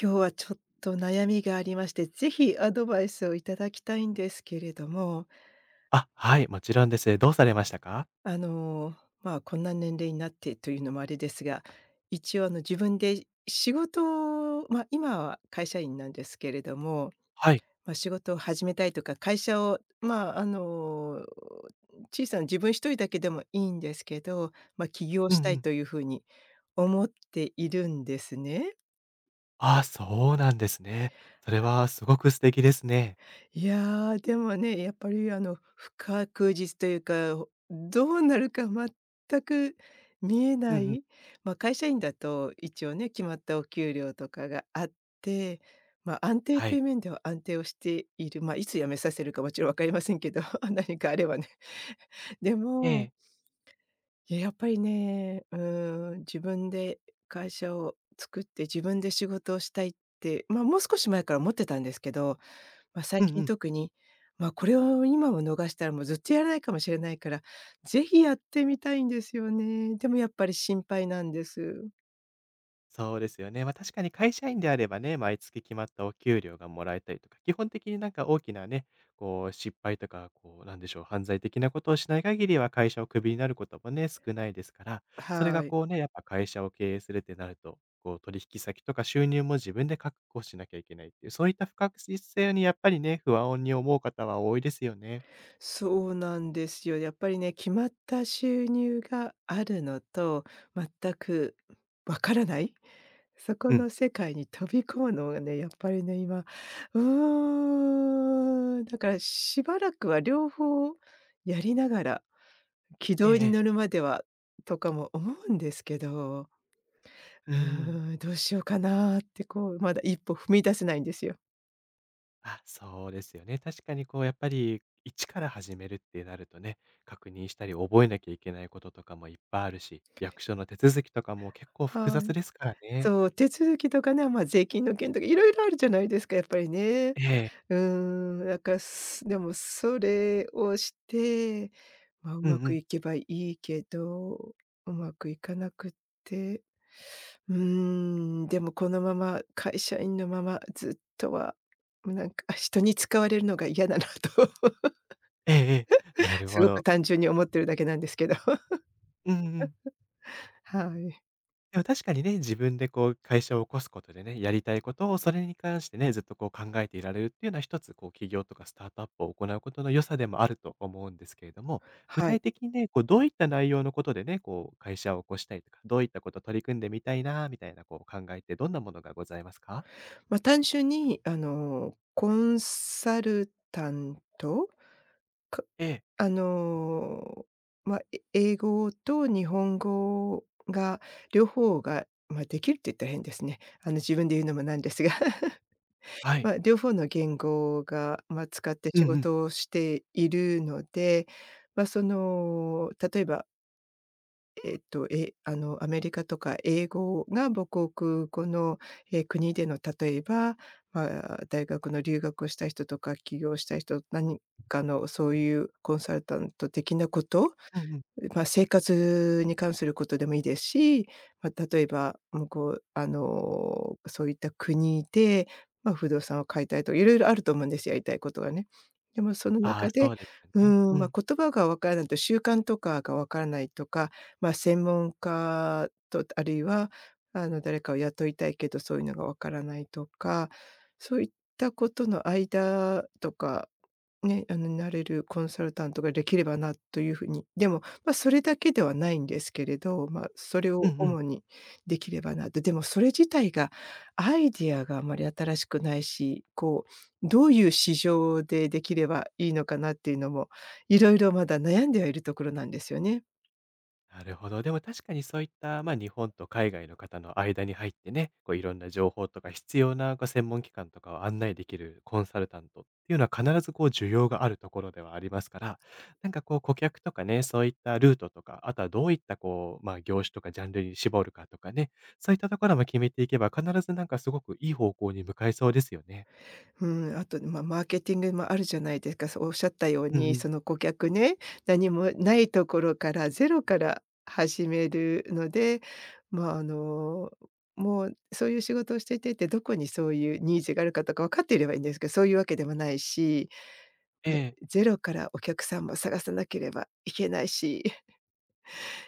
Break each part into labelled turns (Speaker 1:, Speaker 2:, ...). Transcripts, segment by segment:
Speaker 1: 今日はちょっと悩みがありまして、ぜひアドバイスをいただきたいんですけれども、
Speaker 2: あ、はい、もちろんです。どうされましたか？
Speaker 1: あの、こんな年齢になってというのもあれですが、一応自分で仕事を、今は会社員なんですけれども、
Speaker 2: はい。
Speaker 1: 仕事を始めたいとか、会社を、小さな自分一人だけでもいいんですけど、起業
Speaker 2: う
Speaker 1: し
Speaker 2: ん
Speaker 1: た
Speaker 2: う
Speaker 1: い
Speaker 2: ん。
Speaker 1: というふうに思っているんですね。
Speaker 2: ああ、そうなんですね。それはすごく素敵ですね。
Speaker 1: いやー、でもね、やっぱり不確実というか、どうなるか全く見え
Speaker 2: うん
Speaker 1: な
Speaker 2: うん。
Speaker 1: い、会社員だと一応ね、決まったお給料とかがあって、安定
Speaker 2: は
Speaker 1: とい
Speaker 2: い。
Speaker 1: う面では安定をしている、いつ辞めさせるかもちろん分かりませんけど 何かあればね。で
Speaker 2: え
Speaker 1: も、
Speaker 2: え。
Speaker 1: やっぱりね、自分で会社を作って自分で仕事をしたいって、もう少し前から思ってたんですけど、最
Speaker 2: うんう
Speaker 1: 近
Speaker 2: ん。
Speaker 1: 特に、これを今も逃したらもうずっとやらないかもしれないから、ぜひやってみたいんですよね。でもやっぱり心配なんです。
Speaker 2: そうですよね。ま、確かに会社員であればね、毎月決まったお給料がもらえたりとか、基本的になんか大きなね、こう失敗とか、こうなんでしょう、犯罪的なことをしない限りは会社をクビになることもね、少ないですから、それが
Speaker 1: はい。
Speaker 2: こうね、やっぱ会社を経営するってなると、こう取引先とか収入も自分で確保しなきゃいけないっていう、そういった不確実性にやっぱりね、不安に思う方は多いですよね。
Speaker 1: そうなんですよ。やっぱりね、決まった収入があるのと、全くわからない、そこ
Speaker 2: うん。
Speaker 1: の世界に飛び込むのがね、やっぱりね、今、だからしばらくは両方やりながら軌
Speaker 2: ええ
Speaker 1: 道
Speaker 2: え
Speaker 1: に
Speaker 2: え。
Speaker 1: 乗るまではとかも思うんですけど、
Speaker 2: うんうん。
Speaker 1: どうしようかなってこう、まだ一歩踏み出せないんですよ。
Speaker 2: あ、そうですよね。確かにこうやっぱり一から始めるってなるとね、確認したり覚えなきゃいけないこととかもいっぱいあるし、役所の手続きとかも結構複
Speaker 1: は
Speaker 2: 雑
Speaker 1: い。
Speaker 2: ですからね。
Speaker 1: そう、手続きとかね、税金の件とかいろいろあるじゃないですか、やっぱりね。
Speaker 2: ええ。
Speaker 1: だから、でもそれをして、う
Speaker 2: うんう
Speaker 1: まく
Speaker 2: ん。
Speaker 1: いけばいいけど、うまくいかなくって、うーでもこのまま会社員のままずっとは、なんか人に使われるのが嫌だなと。
Speaker 2: ええええ。なる
Speaker 1: す
Speaker 2: ほ
Speaker 1: ごく
Speaker 2: ど。
Speaker 1: 単純に思ってるだけなんですけど。
Speaker 2: うんうん。
Speaker 1: はい。
Speaker 2: でも確かにね、自分でこう会社を起こすことでね、やりたいことをそれに関してね、ずっとこう考えていられるっていうのは一つこう企業とかスタートアップを行うことの良さでもあると思うんですけれども、具
Speaker 1: はい。
Speaker 2: 体的にね、こうどういった内容のことでね、こう会社を起こしたいとか、どういったこと取り組んでみたいな、みたいなこう考えってどんなものがございますか？
Speaker 1: 単純にコンサルタント、か
Speaker 2: ええ、
Speaker 1: あの、英語と日本語が両方が、できるって言ったら変ですね。自分で言うのもなんですが、
Speaker 2: はい。
Speaker 1: 両方の言語が、使って
Speaker 2: う
Speaker 1: 仕
Speaker 2: んうん。
Speaker 1: 事をしているので、その、例えばえっと、え、あの、アメリカとか英語が母国語の、国での例えば、ま大学の留学をした人とか起業した人、何かのそういうコンサルタント的なこと
Speaker 2: うんうん。
Speaker 1: 生活に関することでもいいですし、例えば、向こうそういった国で、不動産を買いたいと色々あると思うんです、やりたいことがね。でもその
Speaker 2: ああ、
Speaker 1: 中
Speaker 2: そ
Speaker 1: で、
Speaker 2: うですよね。うん。
Speaker 1: 言葉がわからないと習慣とかがわからないとか、専門家とあるいは、誰かを雇いたいけど、そういうのがわからないとか、そういったことの間とか、ね、なれるコンサルタントができればなというふうに。でもそれだけではないんですけれど、それ
Speaker 2: うんう
Speaker 1: を
Speaker 2: ん。
Speaker 1: 主にできればなと。でもそれ自体がアイディアがあまり新しくないし、どういう市場でできればいいのかなっていうのも、いろいろまだ悩んではいるところなんですよね。
Speaker 2: なるほど。でも確かにそういった、まあ、日本と海外の方の間に入ってね、こういろんな情報とか必要なこう専門機関とかを案内できるコンサルタントっていうのは必ずこう需要があるところではありますから、なんかこう顧客とかね、そういったルートとか、あとはどういったこう、まあ、業種とかジャンルに絞るかとかね、そういったところも決めていけば必ずなんかすごくいい方向に向かいそうですよね。
Speaker 1: うん、あと、マーケティングもあるじゃないですか。そうおっしゃったよう
Speaker 2: うんう
Speaker 1: に、
Speaker 2: ん。
Speaker 1: その顧客ね、何もないところからゼロから始めるので、まあ、あの、もうそういう仕事をしていてって、どこにそういうニーズがあるかとか分かっていればいいんですけど、そういうわけでもないし、
Speaker 2: え
Speaker 1: はい。
Speaker 2: え。
Speaker 1: ゼロからお客さんも探さなければいけないし。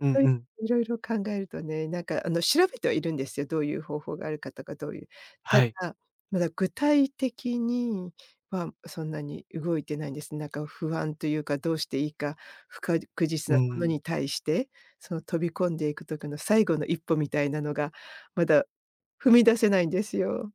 Speaker 2: うん
Speaker 1: と、
Speaker 2: うん。
Speaker 1: 色々考えるとね、なんか調べてはいるんですよ。どういう方法があるかとか、どういうた
Speaker 2: はい。
Speaker 1: だ、まだ具体的にはそんなに動いてないんです。なんか不安というか、どうしていいか、確実
Speaker 2: う
Speaker 1: な
Speaker 2: んう
Speaker 1: もの
Speaker 2: ん。
Speaker 1: に対して、その飛び込んでいく時の最後の一歩みたいなのが、まだ踏み出せないんですよ。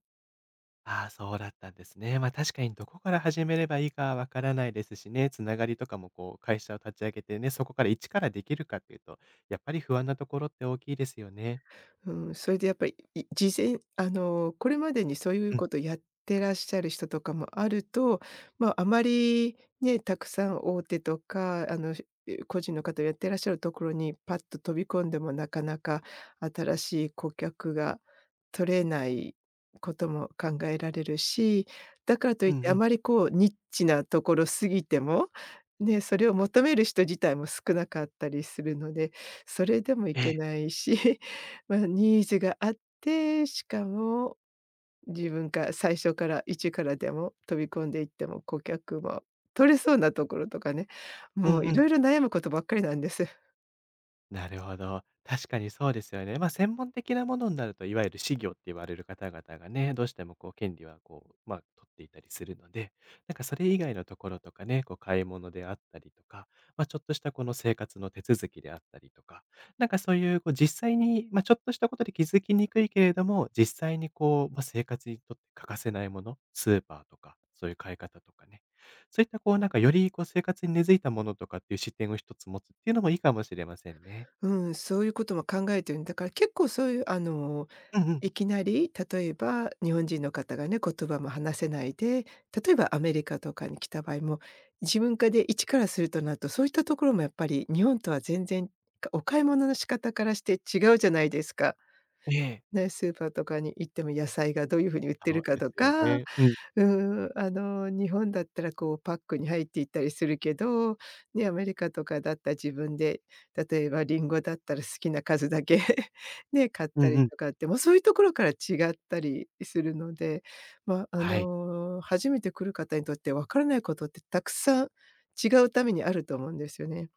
Speaker 2: ああ、そうだったんですね。ま、確かにどこから始めればいいかわからないですしね、つながりとかもこう会社を立ち上げてね、そこから一からできるかっていうと、やっぱり不安なところって大きいですよね。
Speaker 1: うん、それでやっぱり、い事前あの、これまでにそういう
Speaker 2: うん。
Speaker 1: ことやってらっしゃる人とかもあると、あまりね、たくさん大手とか、個人の方をやってらっしゃるところにパッと飛び込んでもなかなか新しい顧客が取れないことも考えられるし、だからとい
Speaker 2: うん
Speaker 1: って
Speaker 2: う
Speaker 1: あ
Speaker 2: ん。
Speaker 1: まりこうニッチなところ過ぎても、ね、それを求める人自体も少なかったりするので、それでもい
Speaker 2: え
Speaker 1: け
Speaker 2: え。
Speaker 1: ないしニーズがあって、しかも自分が最初から一からでも飛び込んでいっても顧客も取れそうなところとかね、
Speaker 2: う
Speaker 1: も
Speaker 2: ん
Speaker 1: う
Speaker 2: う
Speaker 1: い
Speaker 2: ん。
Speaker 1: ろいろ悩むことばっかりなんです。
Speaker 2: なるほど。確かにそうですよね。まあ、専門的なものになると、いわゆる私業って言われる方々がね、どうしてもこう権利はこう、まあ、取っていたりするので、なんかそれ以外のところとかね、こう買い物であったりとか、まあ、ちょっとしたこの生活の手続きであったりとか、なんかそういうこう実際に、まあ、ちょっとしたことで気づきにくいけれども、実際にこう、まあ、生活にとって欠かせないもの、スーパーとか、そういう買い方とかね、そういったこうなんかよりこう生活に根付いたものとかっていう視点を一つ持つっていうのもいいかもしれませんね。
Speaker 1: うん、そういうことも考えてるんだから、結構そういう
Speaker 2: うんうん。
Speaker 1: いきなり例えば日本人の方がね、言葉も話せないで、例えばアメリカとかに来た場合も、自分かで一からするとなると、そういったところもやっぱり日本とは全然、お買い物の仕方からして違うじゃないですか。
Speaker 2: ええ。
Speaker 1: ね、スーパーとかに行っても野菜がどういう風に売って
Speaker 2: そ
Speaker 1: る
Speaker 2: う
Speaker 1: か
Speaker 2: で
Speaker 1: と
Speaker 2: すよ
Speaker 1: か、
Speaker 2: ね。うん。
Speaker 1: 日本だったらこうパックに入っていったりするけど、ね、アメリカとかだったら自分で、例えばリンゴだったら好きな数だけ ね、買っ
Speaker 2: う
Speaker 1: た
Speaker 2: んう
Speaker 1: り
Speaker 2: ん。
Speaker 1: とかって、もうそういうところから違ったりするので、
Speaker 2: はい、
Speaker 1: 初めて来る方にとってわからないことってたくさん違うためにあると思うんですよね。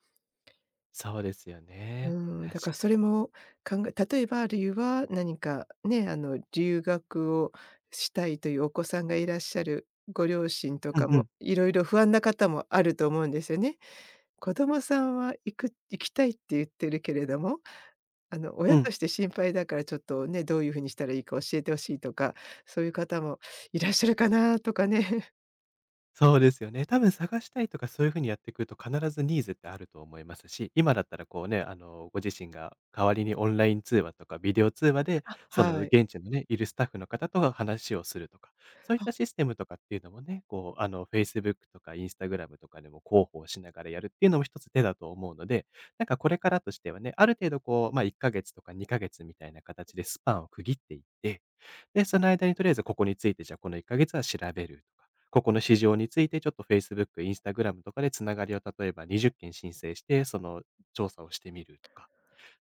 Speaker 2: そうですよ
Speaker 1: う
Speaker 2: ね。
Speaker 1: ん、
Speaker 2: 確
Speaker 1: だから
Speaker 2: か
Speaker 1: それも考え例えば理由は何かね、留学をしたいというお子さんがいらっしゃるご両親と
Speaker 2: に。
Speaker 1: か
Speaker 2: うんう
Speaker 1: も、
Speaker 2: ん。
Speaker 1: いろいろ不安な方もあると思うんですよね。子供さんは行きたいって言ってるけれども、
Speaker 2: う
Speaker 1: 親
Speaker 2: ん。
Speaker 1: として心配だからちょっとね、どういうふうにしたらいいか教えてほしいとか、そういう方もいらっしゃるかなとかね。
Speaker 2: そうですよね。多分探したいとかそういうふうにやってくると必ずニーズってあると思いますし、今だったらこうね、あの、ご自身が代わりにオンライン通話とかビデオ通話で、
Speaker 1: あ、
Speaker 2: その
Speaker 1: はい。
Speaker 2: 現地のね、いるスタッフの方と話をするとか、そういったシステムとかっていうのもね、こう、あの、Facebook とか Instagram とかでも広報しながらやるっていうのも一つ手だと思うので、なんかこれからとしてはね、ある程度こう、ま、1ヶ月とか2ヶ月みたいな形でスパンを区切っていって、で、その間にとりあえずここについて、じゃあこの1ヶ月は調べるとか、ここの市場についてちょっと Facebook、Instagram とかでつながりを例えば20件申請して、その調査をしてみるとか、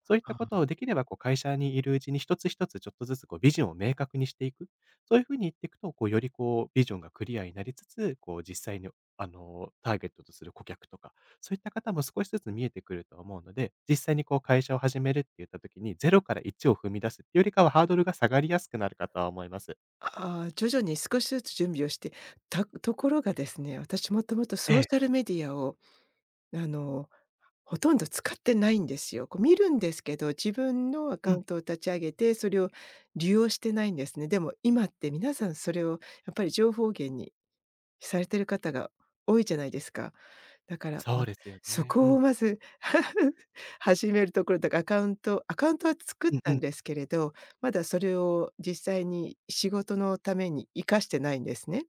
Speaker 2: そういった
Speaker 1: あ
Speaker 2: ことを
Speaker 1: あ。
Speaker 2: できればこう会社にいるうちに一つ一つちょっとずつこうビジョンを明確にしていく。そういうふうに言っていくと、こうよりこうビジョンがクリアになりつつ、こう実際にあのターゲットとする顧客とか、そういった方も少しずつ見えてくると思うので、実際にこう会社を始めるって言った時にゼロから1を踏み出すっていうよりかはハードルが下がりやすくなるかとは思います。
Speaker 1: ああ、徐々に少しずつ準備をして、たところがですね、私もともと
Speaker 2: え
Speaker 1: ソー
Speaker 2: え。
Speaker 1: シャルメディアをあの、ほとんど使ってないんですよ。こう見るんですけど、自分のア
Speaker 2: う
Speaker 1: カウ
Speaker 2: ん。
Speaker 1: ントを立ち上げて、それを利用してないんですね。でも今って皆さんそれをやっぱり情報源にされてる方が多いじゃないですか。だから、
Speaker 2: そうですよ
Speaker 1: そ
Speaker 2: ね。う
Speaker 1: こを
Speaker 2: ん。
Speaker 1: まず 始めるところだからアカウントは作っ
Speaker 2: うんう
Speaker 1: たん
Speaker 2: ん。
Speaker 1: ですけれど、まだそれを実際に仕事のために活かしてないんですね。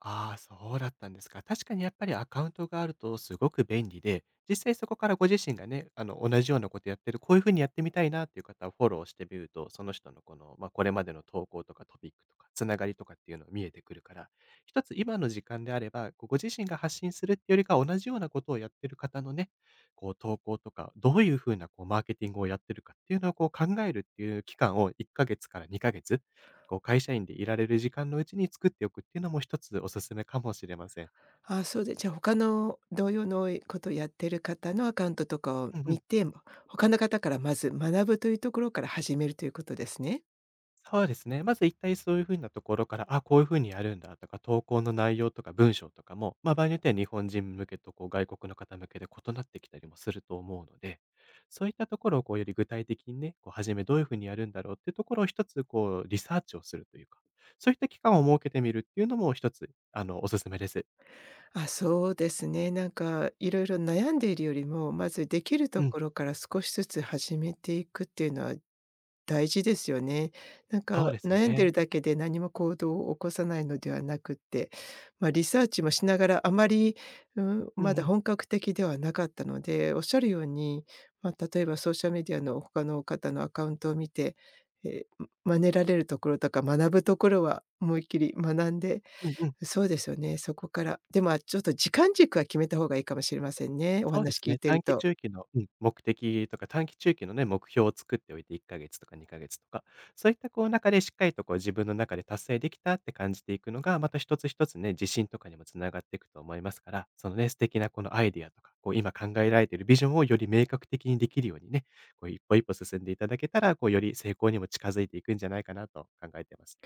Speaker 2: ああ、そうだったんですか。確かにやっぱりアカウントがあるとすごく便利で、実際そこからご自身がね、あの、同じようなことやってる、こういうふうにやってみたいなっていう方をフォローしてみると、その人のこの、まあ、これまでの投稿とかトピックとか、つながりとかっていうのを見えてくるから、一つ今の時間であれば、こうご自身が発信するっていうよりかは同じようなことをやってる方のね、こう投稿とか、どういうふうなこうマーケティングをやってるかっていうのをこう考えるっていう期間を1ヶ月から2ヶ月こう会社員でいられる時間のうちに作っておくっていうのも一つおすすめかもしれません。
Speaker 1: あ、そうで、じゃあ他の同様のことやってる方のアカウントとかを
Speaker 2: うんう
Speaker 1: 見
Speaker 2: ん。
Speaker 1: て、他の方からまず学ぶというところから始めるということですね。
Speaker 2: そうですね。まず一体そういうふうなところから、あ、こういうふうにやるんだとか、投稿の内容とか文章とかも、ま、場合によっては日本人向けとこう外国の方向けで異なってきたりもすると思うので、そういったところをこうより具体的にね、こう初めどういうふうにやるんだろうっていうところを一つこうリサーチをするというか、そういった期間を設けてみるっていうのも一つ、あの、おすすめです。
Speaker 1: あ、そうですね。なんかいろいろ悩んでいるよりも、まずできる
Speaker 2: う
Speaker 1: と
Speaker 2: ん。
Speaker 1: ころから少しずつ始めていくっていうのは大事ですよね。なん
Speaker 2: そう
Speaker 1: か
Speaker 2: です
Speaker 1: 悩んで
Speaker 2: ね。
Speaker 1: るだけで何も行動を起こさないのではなくって、リサーチもしながらあまり、うん、
Speaker 2: うん
Speaker 1: ま
Speaker 2: う
Speaker 1: だ
Speaker 2: ん。
Speaker 1: 本格的ではなかったので、おっしゃるように、例えばソーシャルメディアの他の方のアカウントを見て、え、真似られるところとか学ぶところは思いっきり学んで
Speaker 2: うんうん。
Speaker 1: そうですよね、そこから。でも、ちょっと時間軸は決めた方がいいかもしれませんね、お
Speaker 2: そうで
Speaker 1: 話
Speaker 2: す
Speaker 1: 聞い
Speaker 2: ね、
Speaker 1: て
Speaker 2: 短
Speaker 1: る
Speaker 2: 期
Speaker 1: と。
Speaker 2: 中期の、うん、目的とか、短期中期のね、目標を作っておいて1か月とか2か月とか、そういったこう中でしっかりとこう自分の中で達成できたって感じていくのが、また一つ一つね、自信とかにもつながっていくと思いますから、そのね、素敵なこのアイディアとか、こう今考えられているビジョンをより明確的にできるようにね、こう一歩一歩進んでいただけたら、こうより成功にも近づいていくんじゃないかなと考えています。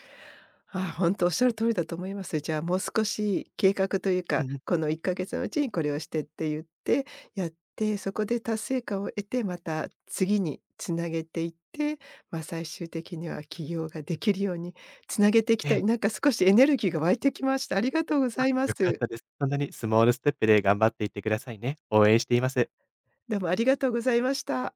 Speaker 1: ああ、おっしゃる通りだと思います。じゃあ、もう少し計画という
Speaker 2: うん
Speaker 1: か、
Speaker 2: うん。
Speaker 1: この1ヶ月のうちにこれをしてって言って、やって、そこで達成感を得て、また次に繋げていって、最終的には起業ができるように繋げていき
Speaker 2: え
Speaker 1: たい。
Speaker 2: え。
Speaker 1: なんか少しエネルギーが湧いてきました。ありがとうご
Speaker 2: あ、
Speaker 1: ざいま
Speaker 2: 良かっ
Speaker 1: す。
Speaker 2: たです。そんなにスモールステップで頑張っていってくださいね。応援しています。
Speaker 1: どうもありがとうございました。